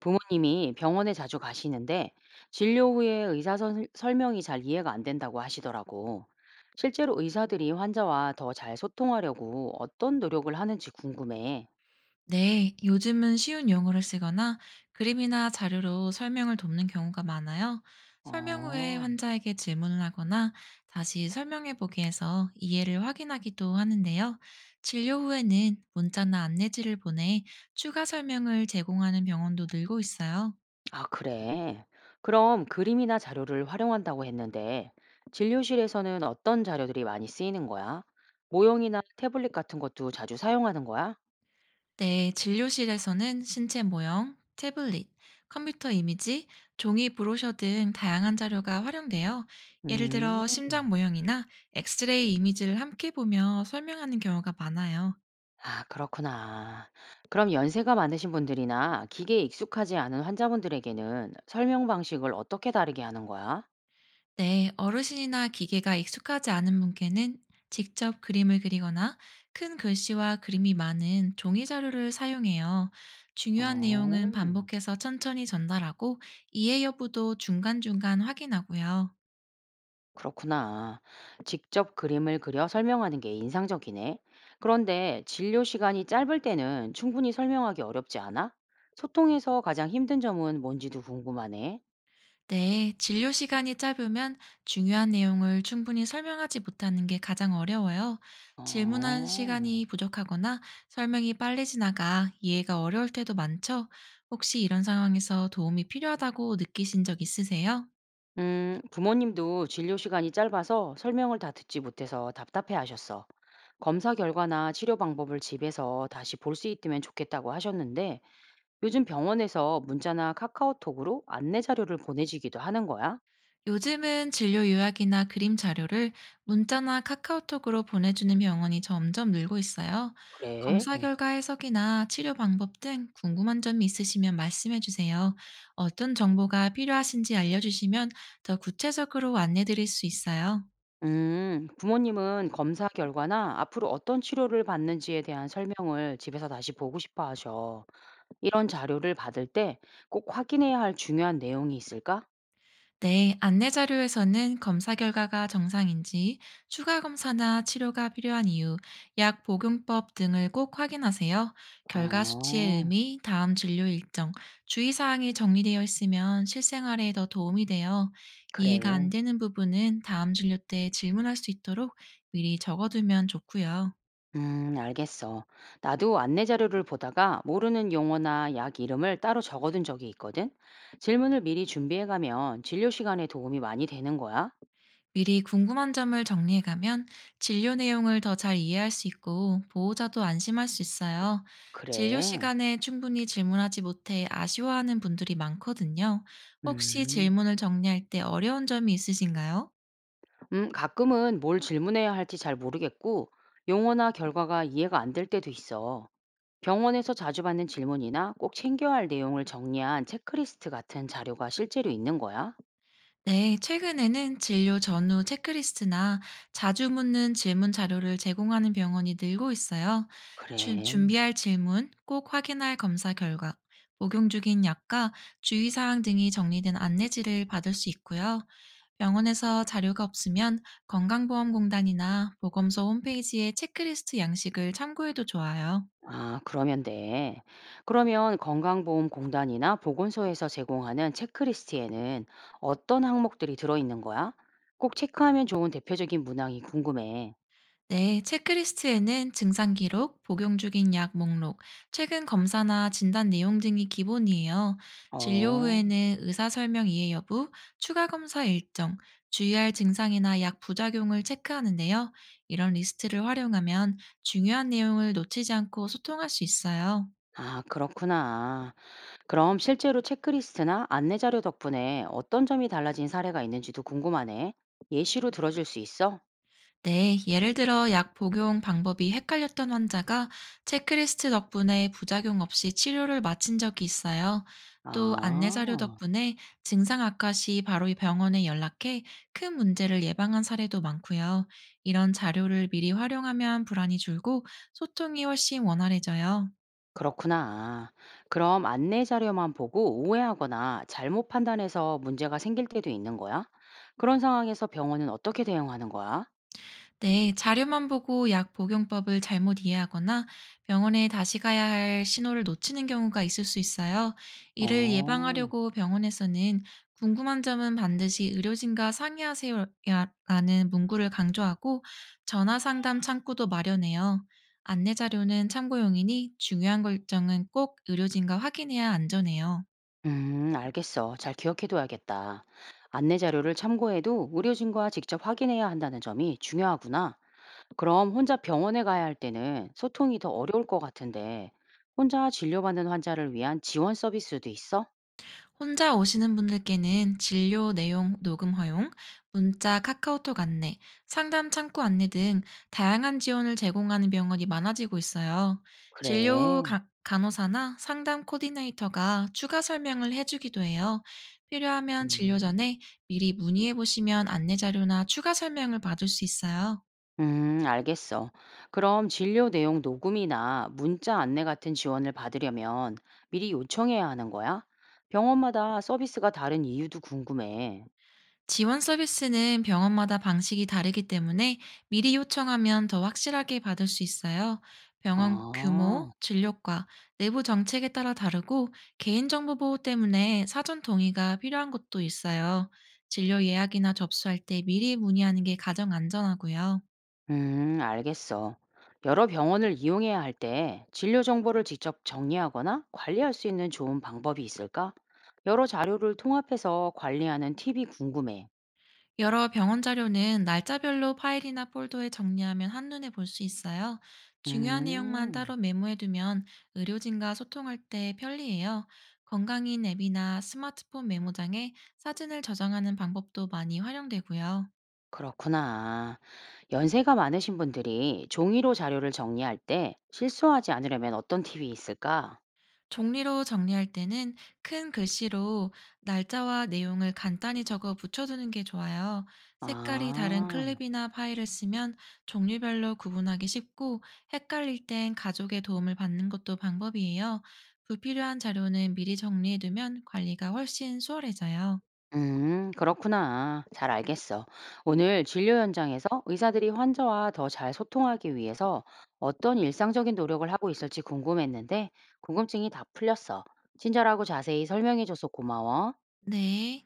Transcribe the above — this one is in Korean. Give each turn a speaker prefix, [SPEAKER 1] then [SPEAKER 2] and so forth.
[SPEAKER 1] 부모님이 병원에 자주 가시는데 진료 후에 설명이 잘 이해가 안 된다고 하시더라고. 실제로 의사들이 환자와 더 잘 소통하려고 어떤 노력을 하는지 궁금해.
[SPEAKER 2] 네, 요즘은 쉬운 용어를 쓰거나 그림이나 자료로 설명을 돕는 경우가 많아요. 설명 후에
[SPEAKER 1] 어,
[SPEAKER 2] 환자에게 질문을 하거나 다시 설명해 보기 해서 이해를 확인하기도 하는데요. 진료 후에는 문자나 안내지를 보내 추가 설명을 제공하는 병원도 늘고 있어요.
[SPEAKER 1] 아, 그래. 그럼 그림이나 자료를 활용한다고 했는데 진료실에서는 어떤 자료들이 많이 쓰이는 거야? 모형이나 태블릿 같은 것도 자주 사용하는 거야?
[SPEAKER 2] 네, 진료실에서는 신체 모형, 태블릿, 컴퓨터 이미지, 종이 브로셔 등 다양한 자료가 활용되어 예를
[SPEAKER 1] 음.
[SPEAKER 2] 들어 심장 모형이나 엑스레이 이미지를 함께 보며 설명하는 경우가 많아요.
[SPEAKER 1] 아, 그렇구나. 그럼 연세가 많으신 분들이나 기계에 익숙하지 않은 환자분들에게는 설명 방식을 어떻게 다르게 하는 거야?
[SPEAKER 2] 네, 어르신이나 기계가 익숙하지 않은 분께는 직접 그림을 그리거나 큰 글씨와 그림이 많은 종이 자료를 사용해요. 중요한
[SPEAKER 1] 어,
[SPEAKER 2] 내용은 반복해서 천천히 전달하고 이해 여부도 중간중간 확인하고요.
[SPEAKER 1] 그렇구나. 직접 그림을 그려 설명하는 게 인상적이네. 그런데 진료 시간이 짧을 때는 충분히 설명하기 어렵지 않아? 소통에서 가장 힘든 점은 뭔지도 궁금하네.
[SPEAKER 2] 네, 진료 시간이 짧으면 중요한 내용을 충분히 설명하지 못하는 게 가장 어려워요. 질문한 시간이
[SPEAKER 1] 어.
[SPEAKER 2] 부족하거나 설명이 빨리 지나가 이해가 어려울 때도 많죠. 혹시 이런 상황에서 도움이 필요하다고 느끼신 적 있으세요?
[SPEAKER 1] 부모님도 진료 시간이 짧아서 설명을 다 듣지 못해서 답답해 하셨어. 검사 결과나 치료 방법을 집에서 다시 볼 수 있으면 좋겠다고 하셨는데, 요즘 병원에서 문자나 카카오톡으로 안내 자료를 보내지기도 하는 거야?
[SPEAKER 2] 요즘은 진료 요약이나 그림 자료를 문자나 카카오톡으로 보내주는 병원이 점점 늘고 있어요.
[SPEAKER 1] 그래.
[SPEAKER 2] 검사
[SPEAKER 1] 응.
[SPEAKER 2] 결과 해석이나 치료 방법 등 궁금한 점이 있으시면 말씀해 주세요. 어떤 정보가 필요하신지 알려주시면 더 구체적으로 안내 드릴 수 있어요.
[SPEAKER 1] 부모님은 검사 결과나 앞으로 어떤 치료를 받는지에 대한 설명을 집에서 다시 보고 싶어 하셔. 이런 자료를 받을 때 꼭 확인해야 할 중요한 내용이 있을까?
[SPEAKER 2] 네, 안내 자료에서는 검사 결과가 정상인지, 추가 검사나 치료가 필요한 이유, 약 복용법 등을 꼭 확인하세요. 결과 수치의
[SPEAKER 1] 어,
[SPEAKER 2] 의미, 다음 진료 일정, 주의사항이 정리되어 있으면 실생활에 더 도움이 돼요. 이해가
[SPEAKER 1] 그래.
[SPEAKER 2] 안 되는 부분은 다음 진료 때 질문할 수 있도록 미리 적어두면 좋고요.
[SPEAKER 1] 알겠어. 나도 안내 자료를 보다가 모르는 용어나 약 이름을 따로 적어둔 적이 있거든. 질문을 미리 준비해가면 진료 시간에 도움이 많이 되는 거야.
[SPEAKER 2] 미리 궁금한 점을 정리해가면 진료 내용을 더 잘 이해할 수 있고 보호자도 안심할 수 있어요. 진료
[SPEAKER 1] 그래.
[SPEAKER 2] 시간에 충분히 질문하지 못해 아쉬워하는 분들이 많거든요. 혹시
[SPEAKER 1] 음.
[SPEAKER 2] 질문을 정리할 때 어려운 점이 있으신가요?
[SPEAKER 1] 가끔은 뭘 질문해야 할지 잘 모르겠고, 용어나 결과가 이해가 안 될 때도 있어. 병원에서 자주 받는 질문이나 꼭 챙겨야 할 내용을 정리한 체크리스트 같은 자료가 실제로 있는 거야.
[SPEAKER 2] 네, 최근에는 진료 전후 체크리스트나 자주 묻는 질문 자료를 제공하는 병원이 늘고 있어요.
[SPEAKER 1] 그래.
[SPEAKER 2] 준비할 질문, 꼭 확인할 검사 결과, 복용 중인 약과 주의사항 등이 정리된 안내지를 받을 수 있고요. 병원에서 자료가 없으면 건강보험공단이나 보건소 홈페이지의 체크리스트 양식을 참고해도 좋아요.
[SPEAKER 1] 아, 그러면 돼. 그러면 건강보험공단이나 보건소에서 제공하는 체크리스트에는 어떤 항목들이 들어있는 거야? 꼭 체크하면 좋은 대표적인 문항이 궁금해.
[SPEAKER 2] 네, 체크리스트에는 증상 기록, 복용 중인 약 목록, 최근 검사나 진단 내용 등이 기본이에요. 진료
[SPEAKER 1] 어,
[SPEAKER 2] 후에는 의사 설명 이해 여부, 추가 검사 일정, 주의할 증상이나 약 부작용을 체크하는데요. 이런 리스트를 활용하면 중요한 내용을 놓치지 않고 소통할 수 있어요.
[SPEAKER 1] 아, 그렇구나. 그럼 실제로 체크리스트나 안내 자료 덕분에 어떤 점이 달라진 사례가 있는지도 궁금하네. 예시로 들어줄 수 있어?
[SPEAKER 2] 네, 예를 들어 약 복용 방법이 헷갈렸던 환자가 체크리스트 덕분에 부작용 없이 치료를 마친 적이 있어요. 또 안내자료
[SPEAKER 1] 아.
[SPEAKER 2] 덕분에 증상 악화 시 바로 이 병원에 연락해 큰 문제를 예방한 사례도 많고요. 이런 자료를 미리 활용하면 불안이 줄고 소통이 훨씬 원활해져요.
[SPEAKER 1] 그렇구나. 그럼 안내 자료만 보고 오해하거나 잘못 판단해서 문제가 생길 때도 있는 거야? 그런 상황에서 병원은 어떻게 대응하는 거야?
[SPEAKER 2] 네, 자료만 보고 약 복용법을 잘못 이해하거나 병원에 다시 가야 할 신호를 놓치는 경우가 있을 수 있어요. 이를
[SPEAKER 1] 어,
[SPEAKER 2] 예방하려고 병원에서는 "궁금한 점은 반드시 의료진과 상의하세요라는 문구를 강조하고 전화 상담 창구도 마련해요. 안내 자료는 참고용이니 중요한 결정은 꼭 의료진과 확인해야 안전해요.
[SPEAKER 1] 알겠어. 잘 기억해둬야겠다. 안내 자료를 참고해도 의료진과 직접 확인해야 한다는 점이 중요하구나. 그럼 혼자 병원에 가야 할 때는 소통이 더 어려울 것 같은데, 혼자 진료받는 환자를 위한 지원 서비스도 있어?
[SPEAKER 2] 혼자 오시는 분들께는 진료 내용 녹음 허용, 문자, 카카오톡 안내, 상담 창구 안내 등 다양한 지원을 제공하는 병원이 많아지고 있어요. 진료 후
[SPEAKER 1] 그래.
[SPEAKER 2] 간호사나 상담 코디네이터가 추가 설명을 해주기도 해요. 필요하면 진료
[SPEAKER 1] 음.
[SPEAKER 2] 전에 미리 문의해 보시면 안내 자료나 추가 설명을 받을 수 있어요.
[SPEAKER 1] 알겠어. 그럼 진료 내용 녹음이나 문자 안내 같은 지원을 받으려면 미리 요청해야 하는 거야? 병원마다 서비스가 다른 이유도 궁금해.
[SPEAKER 2] 지원 서비스는 병원마다 방식이 다르기 때문에 미리 요청하면 더 확실하게 받을 수 있어요. 병원 규모,
[SPEAKER 1] 아,
[SPEAKER 2] 진료과, 내부 정책에 따라 다르고 개인정보 보호 때문에 사전 동의가 필요한 것도 있어요. 진료 예약이나 접수할 때 미리 문의하는 게 가장 안전하고요.
[SPEAKER 1] 알겠어. 여러 병원을 이용해야 할 때 진료 정보를 직접 정리하거나 관리할 수 있는 좋은 방법이 있을까? 여러 자료를 통합해서 관리하는 팁이 궁금해.
[SPEAKER 2] 여러 병원 자료는 날짜별로 파일이나 폴더에 정리하면 한눈에 볼 수 있어요. 중요한 내용만
[SPEAKER 1] 음.
[SPEAKER 2] 따로 메모해두면 의료진과 소통할 때 편리해요. 건강인 앱이나 스마트폰 메모장에 사진을 저장하는 방법도 많이 활용되고요.
[SPEAKER 1] 그렇구나. 연세가 많으신 분들이 종이로 자료를 정리할 때 실수하지 않으려면 어떤 팁이 있을까?
[SPEAKER 2] 종이로 정리할 때는 큰 글씨로 날짜와 내용을 간단히 적어 붙여두는 게 좋아요. 색깔이 다른
[SPEAKER 1] 아,
[SPEAKER 2] 클립이나 파일을 쓰면 종류별로 구분하기 쉽고 헷갈릴 땐 가족의 도움을 받는 것도 방법이에요. 불필요한 자료는 미리 정리해두면 관리가 훨씬 수월해져요.
[SPEAKER 1] 그렇구나. 잘 알겠어. 오늘 진료 현장에서 의사들이 환자와 더 잘 소통하기 위해서 어떤 일상적인 노력을 하고 있을지 궁금했는데 궁금증이 다 풀렸어. 친절하고 자세히 설명해줘서 고마워.
[SPEAKER 2] 네.